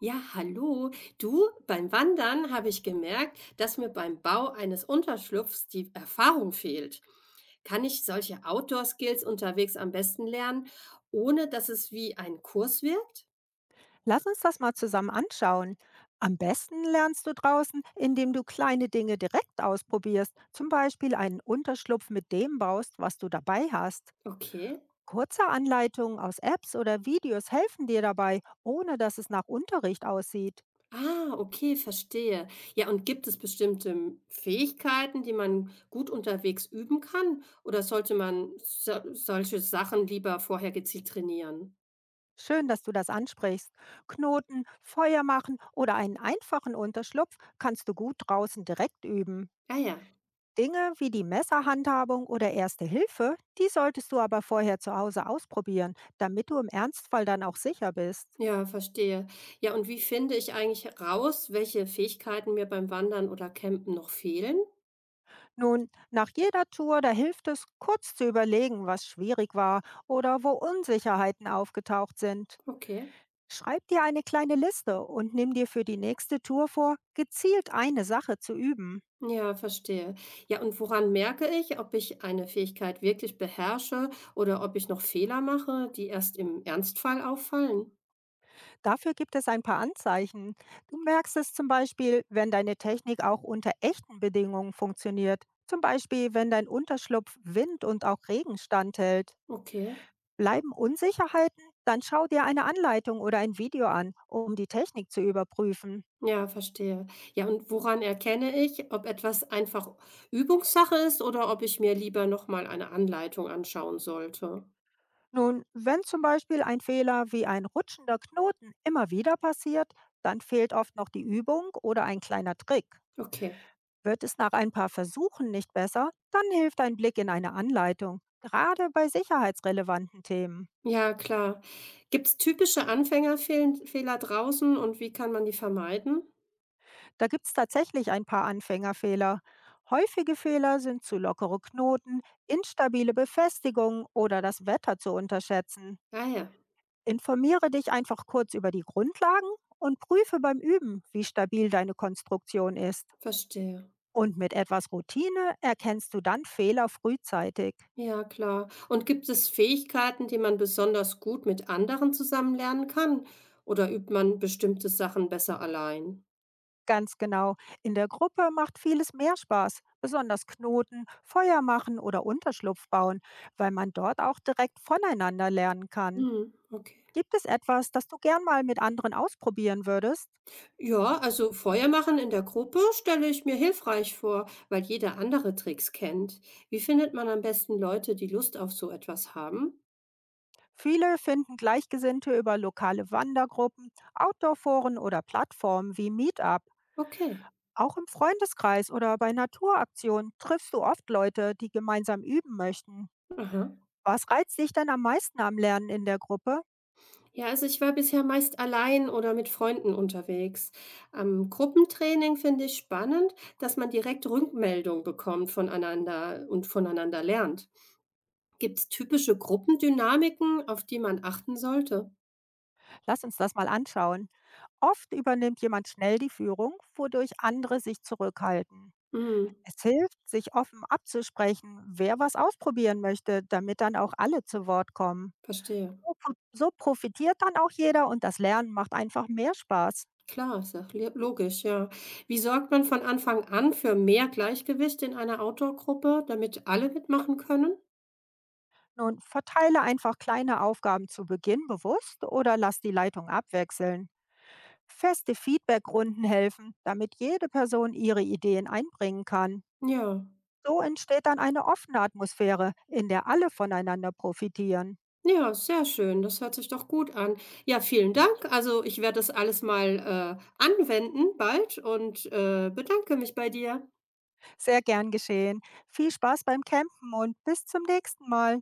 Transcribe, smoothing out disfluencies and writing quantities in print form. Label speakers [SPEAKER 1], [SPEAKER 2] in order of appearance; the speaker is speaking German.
[SPEAKER 1] Ja, hallo. Du, beim Wandern habe ich gemerkt, dass mir beim Bau eines Unterschlupfs die Erfahrung fehlt. Kann ich solche Outdoor-Skills unterwegs am besten lernen, ohne dass es wie ein Kurs wirkt?
[SPEAKER 2] Lass uns das mal zusammen anschauen. Am besten lernst du draußen, indem du kleine Dinge direkt ausprobierst, zum Beispiel einen Unterschlupf mit dem baust, was du dabei hast.
[SPEAKER 1] Okay.
[SPEAKER 2] Kurze Anleitungen aus Apps oder Videos helfen dir dabei, ohne dass es nach Unterricht aussieht.
[SPEAKER 1] Ah, okay, verstehe. Ja, und gibt es bestimmte Fähigkeiten, die man gut unterwegs üben kann? Oder sollte man so solche Sachen lieber vorher gezielt trainieren?
[SPEAKER 2] Schön, dass du das ansprichst. Knoten, Feuer machen oder einen einfachen Unterschlupf kannst du gut draußen direkt üben.
[SPEAKER 1] Ah ja.
[SPEAKER 2] Dinge wie die Messerhandhabung oder Erste Hilfe, die solltest du aber vorher zu Hause ausprobieren, damit du im Ernstfall dann auch sicher bist.
[SPEAKER 1] Ja, verstehe. Ja, und wie finde ich eigentlich raus, welche Fähigkeiten mir beim Wandern oder Campen noch fehlen?
[SPEAKER 2] Nun, nach jeder Tour, da hilft es, kurz zu überlegen, was schwierig war oder wo Unsicherheiten aufgetaucht sind.
[SPEAKER 1] Okay.
[SPEAKER 2] Schreib dir eine kleine Liste und nimm dir für die nächste Tour vor, gezielt eine Sache zu üben.
[SPEAKER 1] Ja, verstehe. Ja, und woran merke ich, ob ich eine Fähigkeit wirklich beherrsche oder ob ich noch Fehler mache, die erst im Ernstfall auffallen?
[SPEAKER 2] Dafür gibt es ein paar Anzeichen. Du merkst es zum Beispiel, wenn deine Technik auch unter echten Bedingungen funktioniert. Zum Beispiel, wenn dein Unterschlupf Wind und auch Regen standhält.
[SPEAKER 1] Okay.
[SPEAKER 2] Bleiben Unsicherheiten? Dann schau dir eine Anleitung oder ein Video an, um die Technik zu überprüfen.
[SPEAKER 1] Ja, verstehe. Ja, und woran erkenne ich, ob etwas einfach Übungssache ist oder ob ich mir lieber nochmal eine Anleitung anschauen sollte?
[SPEAKER 2] Nun, wenn zum Beispiel ein Fehler wie ein rutschender Knoten immer wieder passiert, dann fehlt oft noch die Übung oder ein kleiner Trick.
[SPEAKER 1] Okay.
[SPEAKER 2] Wird es nach ein paar Versuchen nicht besser, dann hilft ein Blick in eine Anleitung, gerade bei sicherheitsrelevanten Themen.
[SPEAKER 1] Ja, klar. Gibt es typische Anfängerfehler draußen und wie kann man die vermeiden?
[SPEAKER 2] Da gibt es tatsächlich ein paar Anfängerfehler. Häufige Fehler sind zu lockere Knoten, instabile Befestigungen oder das Wetter zu unterschätzen.
[SPEAKER 1] Ah ja,
[SPEAKER 2] Informiere dich einfach kurz über die Grundlagen und prüfe beim Üben, wie stabil deine Konstruktion ist.
[SPEAKER 1] verstehe.
[SPEAKER 2] Und mit etwas Routine erkennst du dann Fehler frühzeitig.
[SPEAKER 1] Ja, klar. Und gibt es Fähigkeiten, die man besonders gut mit anderen zusammen lernen kann? Oder übt man bestimmte Sachen besser allein?
[SPEAKER 2] Ganz genau. In der Gruppe macht vieles mehr Spaß, besonders Knoten, Feuer machen oder Unterschlupf bauen, weil man dort auch direkt voneinander lernen kann.
[SPEAKER 1] Mhm, okay.
[SPEAKER 2] Gibt es etwas, das du gern mal mit anderen ausprobieren würdest?
[SPEAKER 1] Ja, also Feuer machen in der Gruppe stelle ich mir hilfreich vor, weil jeder andere Tricks kennt. Wie findet man am besten Leute, die Lust auf so etwas haben?
[SPEAKER 2] Viele finden Gleichgesinnte über lokale Wandergruppen, Outdoor-Foren oder Plattformen wie Meetup.
[SPEAKER 1] Okay.
[SPEAKER 2] Auch im Freundeskreis oder bei Naturaktionen triffst du oft Leute, die gemeinsam üben möchten.
[SPEAKER 1] Aha.
[SPEAKER 2] Was reizt dich denn am meisten am Lernen in der Gruppe?
[SPEAKER 1] Ja, also ich war bisher meist allein oder mit Freunden unterwegs. Am Gruppentraining finde ich spannend, dass man direkt Rückmeldung bekommt voneinander und voneinander lernt. Gibt es typische Gruppendynamiken, auf die man achten sollte?
[SPEAKER 2] Lass uns das mal anschauen. Oft übernimmt jemand schnell die Führung, wodurch andere sich zurückhalten.
[SPEAKER 1] Hm,
[SPEAKER 2] Es hilft, sich offen abzusprechen, wer was ausprobieren möchte, damit dann auch alle zu Wort kommen.
[SPEAKER 1] verstehe.
[SPEAKER 2] So profitiert dann auch jeder und das Lernen macht einfach mehr Spaß.
[SPEAKER 1] Klar, ist ja logisch, ja. Wie sorgt man von Anfang an für mehr Gleichgewicht in einer Outdoor-Gruppe, damit alle mitmachen können?
[SPEAKER 2] Nun verteile einfach kleine Aufgaben zu Beginn bewusst oder lass die Leitung abwechseln. Feste Feedbackrunden helfen, damit jede Person ihre Ideen einbringen kann.
[SPEAKER 1] Ja.
[SPEAKER 2] So entsteht dann eine offene Atmosphäre, in der alle voneinander profitieren.
[SPEAKER 1] Ja, sehr schön. Das hört sich doch gut an. Ja, vielen Dank. Also, ich werde das alles mal, anwenden bald und, bedanke mich bei dir.
[SPEAKER 2] Sehr gern geschehen. Viel Spaß beim Campen und bis zum nächsten Mal.